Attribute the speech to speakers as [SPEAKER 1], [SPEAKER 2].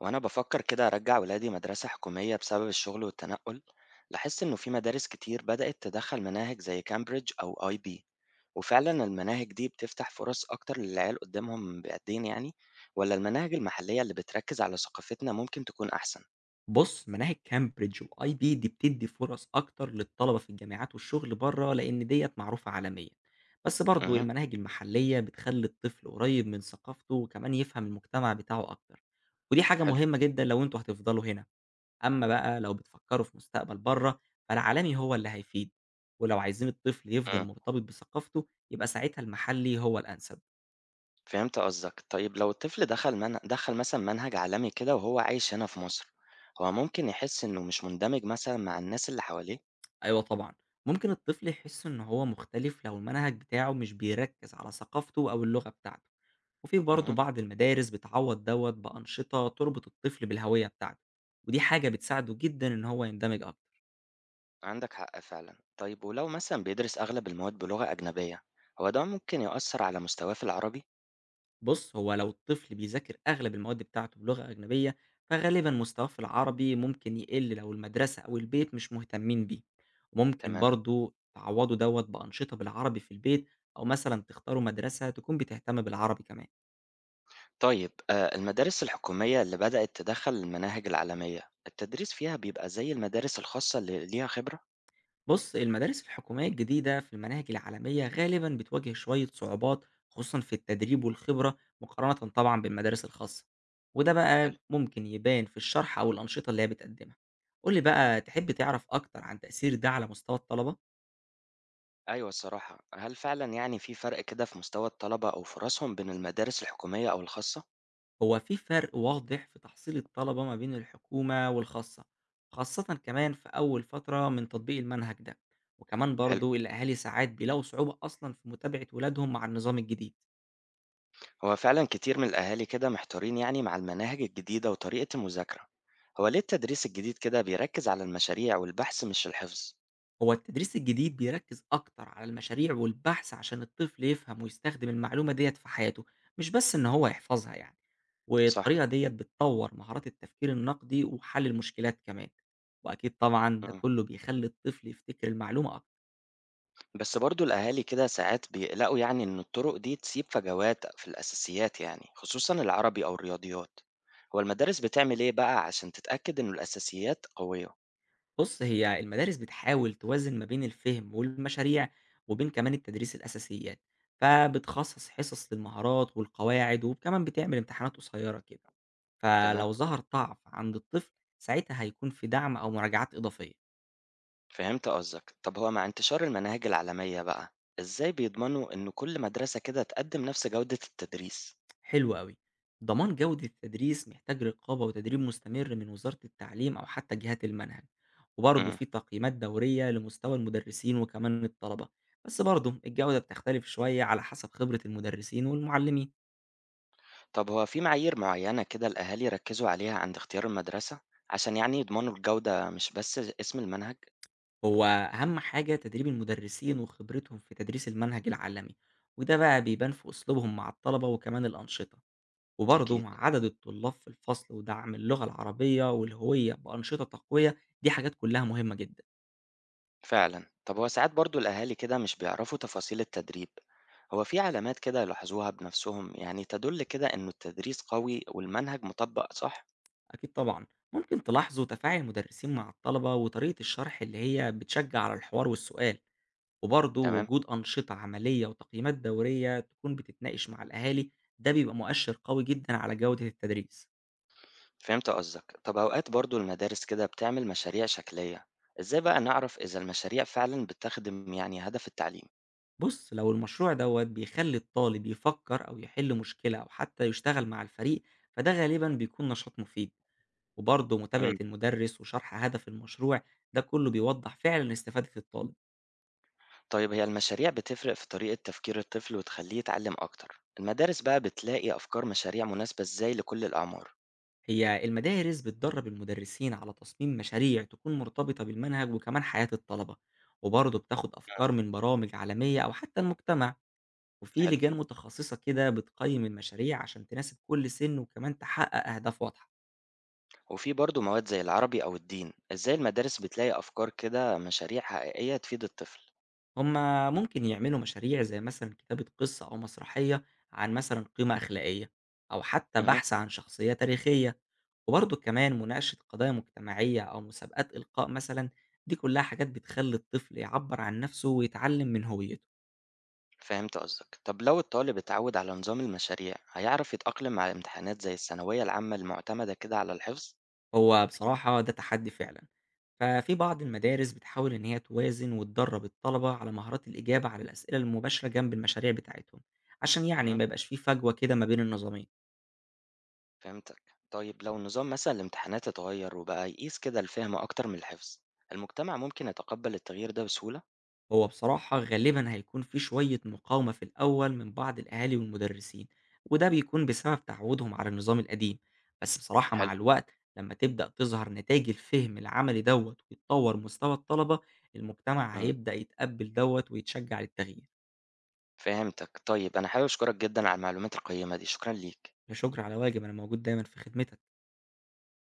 [SPEAKER 1] وأنا بفكر كده أرجع ولادي مدرسة حكومية بسبب الشغل والتنقل. لاحظت إنه في مدارس كتير بدأت تدخل مناهج زي كامبريدج أو آي بي، وفعلا المناهج دي بتفتح فرص أكتر للعيال قدامهم بقدين يعني، ولا المناهج المحلية اللي بتركز على ثقافتنا ممكن تكون أحسن؟
[SPEAKER 2] بُص، مناهج كامبريدج وIB دي بتدّي فرص أكتر للطلبة في الجامعات والشغل برّه، لإن ديّة معروفة عالميًا، بس برضه
[SPEAKER 1] امم
[SPEAKER 2] المناهج المحلية بتخلّي الطفل قريب من ثقافته وكمان يفهم المجتمع بتاعه أكتر، ودي حاجة
[SPEAKER 1] حلو.
[SPEAKER 2] مهمة جدًا لو أنتم هتفضلوا هنا. أمّا بقى لو بتفكّروا في مستقبل برّه، فالعالمي هو اللي هيفيد، ولو عايزين الطفل يفضل
[SPEAKER 1] امم
[SPEAKER 2] مرتبط بثقافته، يبقى ساعتها المحلي هو الأنسب.
[SPEAKER 1] فهمت قصدك. طيب لو الطفل دخل مثلا منهج عالمي كده وهو عايش هنا في مصر، هو ممكن يحس إنه مش مندمج مثلا مع الناس اللي حواليه؟
[SPEAKER 2] أيوه طبعًا، ممكن الطفل يحس إن هو مختلف لو المنهج بتاعه مش بيركّز على ثقافته أو اللغة بتاعته. وفي برضه
[SPEAKER 1] امم
[SPEAKER 2] بعض المدارس بتعوّض دوّة بأنشطة تربط الطفل بالهوية بتاعته، ودي حاجة بتساعده جدًا إن هو يندمج أكتر.
[SPEAKER 1] عندك حق فعلا. طيب ولو مثلا بيدرس أغلب المواد بلغة أجنبية، هو ده ممكن يؤثر على مستواه في العربي؟
[SPEAKER 2] بُص، هو لو الطفل بيذاكر أغلب المواد بتاعته بلغة أجنبية، فغالبًا مستواه في العربي ممكن يقل لو المدرسة أو البيت مش مهتمين بيه. وممكن
[SPEAKER 1] تمام.
[SPEAKER 2] برضه تعوّضوا دوّة بأنشطة بالعربي في البيت أو مثلًا تختاروا مدرسة تكون بتهتم بالعربي كمان.
[SPEAKER 1] طيب المدارس الحكومية اللي بدأت تدخل المناهج العالمية التدريس فيها بيبقى زي المدارس الخاصة اللي ليها خبرة؟
[SPEAKER 2] بص، المدارس الحكومية الجديدة في المناهج العالمية غالبا بتواجه شوية صعوبات، خصوصا في التدريب والخبرة مقارنة طبعا بالمدارس الخاصة، وده بقى
[SPEAKER 1] حلو.
[SPEAKER 2] ممكن يبان في الشرح أو الأنشطة اللي هي بتقدمها. قولي بقى، تحب تعرف أكتر عن تأثير ده على مستوى الطلبة؟
[SPEAKER 1] أيوة الصراحة، هل فعلا يعني في فرق كده في مستوى الطلبة أو فرصهم بين المدارس الحكومية أو الخاصة؟
[SPEAKER 2] هو في فرق واضح في تحصيل الطلبة ما بين الحكومة والخاصة، خاصة كمان في أول فترة من تطبيق المنهج ده. وكمان
[SPEAKER 1] حلو.
[SPEAKER 2] برضو الأهالي ساعات بيلاقوا صعوبة أصلا في متابعة ولادهم مع النظام الجديد.
[SPEAKER 1] هو فعلا كتير من الأهالي كده محتارين يعني مع المناهج الجديدة وطريقة المذاكرة. هو ليه التدريس الجديد كده بيركز على المشاريع والبحث مش الحفظ؟
[SPEAKER 2] هو التدريس الجديد بيركز أكتر على المشاريع والبحث، عشان الطفل يفهم ويستخدم المعلومة ديت في حياته، مش بس إن هو يحفظها
[SPEAKER 1] صح.
[SPEAKER 2] والطريقة ديت بتطور مهارات التفكير النقدي وحل المشكلات كمان، وأكيد طبعا ده
[SPEAKER 1] إمم.
[SPEAKER 2] كله بيخلي الطفل يفتكر المعلومة أكتر.
[SPEAKER 1] بس برضه الأهالي كده ساعات بيقلقوا يعني إن الطُرُق دي تسيب فجوات في الأساسيات يعني، خصوصًا العربي أو الرياضيات. هو المدارس بتعمل إيه بقى عشان تتأكد إنه الأساسيات قوية؟
[SPEAKER 2] بص، هي المدارس بتحاول توازن ما بين الفهم والمشاريع وبين كمان التدريس الأساسيات، فبتخصص حصص للمهارات والقواعد، وكمان بتعمل امتحانات قصيرة كده،
[SPEAKER 1] تمام.
[SPEAKER 2] فلو ظهر ضعف عند الطفل ساعتها هيكون في دعم أو مراجعات إضافية.
[SPEAKER 1] فهمت قصدك. طب هو مع انتشار المناهج العالمية بقى، إزاي بيضمنوا إن كل مدرسة كده تقدّم نفس جودة التدريس؟
[SPEAKER 2] حلو أوي. ضمان جودة التدريس محتاج رقابة وتدريب مستمر من وزارة التعليم أو حتى جهات المنهج، وبرضه
[SPEAKER 1] إمم.
[SPEAKER 2] في تقييمات دورية لمستوى المدرسين وكمان الطلبة. بس برضه الجودة بتختلف شوية على حسب خبرة المدرسين والمعلمين.
[SPEAKER 1] طب هو في معايير معيّنة كده الأهالي يركّزوا عليها عند اختيار المدرسة، عشان يعني يضمنوا الجودة مش بس اسم المنهج؟
[SPEAKER 2] هو أهم حاجة تدريب المدرسين وخبرتهم في تدريس المنهج العالمي، وده بقى بيبان في أسلوبهم مع الطلبة وكمان الأنشطة، وبرضه
[SPEAKER 1] أكيد.
[SPEAKER 2] مع عدد الطلاب في الفصل ودعم اللغة العربية والهوية بأنشطة تقوية. دي حاجات كلها مهمة جدا.
[SPEAKER 1] فعلا. طب هو ساعات برضو الأهالي كده مش بيعرفوا تفاصيل التدريب. هو في علامات كده يلاحظوها بنفسهم يعني تدل كده إنه التدريس قوي والمنهج مطبق صح؟
[SPEAKER 2] أكيد طبعا، ممكن تلاحظوا تفاعل المدرسين مع الطلبة وطريقة الشرح اللي هي بتشجع على الحوار والسؤال، وبرضه
[SPEAKER 1] تمام.
[SPEAKER 2] وجود أنشطة عملية وتقييمات دورية تكون بتتناقش مع الأهالي. ده بيبقى مؤشر قوي جدا على جودة التدريس.
[SPEAKER 1] فهمت قصدك. طب أوقات برضو المدارس كده بتعمل مشاريع شكلية، إزاي بقى نعرف إذا المشاريع فعلا بتخدم يعني هدف التعليم؟
[SPEAKER 2] بص، لو المشروع دوت بيخلي الطالب يفكر أو يحل مشكلة أو حتى يشتغل مع الفريق، فده غالبا بيكون نشاط مفيد. وبرضه متابعة
[SPEAKER 1] مم.
[SPEAKER 2] المدرس وشرح هدف المشروع، ده كله بيوضح فعلا استفادة الطالب.
[SPEAKER 1] طيب هي المشاريع بتفرق في طريقة تفكير الطفل وتخليه يتعلم أكتر، المدارس بقى بتلاقي أفكار مشاريع مناسبة إزاي لكل الأعمار؟
[SPEAKER 2] هي المدارس بتدرب المدرسين على تصميم مشاريع تكون مرتبطة بالمنهج وكمان حياة الطلبة، وبرضه بتاخد
[SPEAKER 1] مم.
[SPEAKER 2] أفكار من برامج عالمية أو حتى المجتمع. وفي
[SPEAKER 1] حلو.
[SPEAKER 2] لجان متخصصة كده بتقيم المشاريع عشان تناسب كل سن وكمان تحقق أهداف واضحة.
[SPEAKER 1] وفي برضه مواد زي العربي أو الدين، إزاي المدارس بتلاقي أفكار كده مشاريع حقيقية تفيد الطفل؟
[SPEAKER 2] هما ممكن يعملوا مشاريع زي مثلًا كتابة قصة أو مسرحية عن مثلًا قيمة أخلاقية، أو حتى
[SPEAKER 1] أها.
[SPEAKER 2] بحث عن شخصية تاريخية، وبرضه كمان مناقشة قضايا مجتمعية أو مسابقات إلقاء مثلًا، دي كلها حاجات بتخلّي الطفل يعبّر عن نفسه ويتعلم من هويته.
[SPEAKER 1] فهمت قصدك. طب لو الطالب اتعود على نظام المشاريع، هيعرف يتأقلم مع الامتحانات زي الثانوية العامة المعتمدة كده على الحفظ؟
[SPEAKER 2] هو بصراحة ده تحدي فعلًا، ففي بعض المدارس بتحاول إن هي توازن وتدرّب الطلبة على مهارات الإجابة على الأسئلة المباشرة جنب المشاريع بتاعتهم، عشان يعني
[SPEAKER 1] أها.
[SPEAKER 2] ما يبقاش في فجوة كده ما بين النظامين.
[SPEAKER 1] فهمتك. طيب لو نظام مثلا الامتحانات اتغير وبقى يقيس كده الفهم أكتر من الحفظ، المجتمع ممكن يتقبل التغيير ده بسهولة؟
[SPEAKER 2] هو بصراحة غالبًا هيكون في شوية مقاومة في الأول من بعض الأهالي والمدرسين، وده بيكون بسبب تعودهم على النظام القديم. بس بصراحة مع
[SPEAKER 1] حلو.
[SPEAKER 2] الوقت، لما تبدأ تظهر نتايج الفهم العملي دوّة ويتطور مستوى الطلبة، المجتمع
[SPEAKER 1] أمم،
[SPEAKER 2] هيبدأ يتقبل دوّة ويتشجع للتغيير.
[SPEAKER 1] فهمتك. طيب أنا حابب أشكرك جدا على المعلومات القيمة دي، شكرا ليك.
[SPEAKER 2] لا شكر على واجب، أنا موجود دايمًا في خدمتك.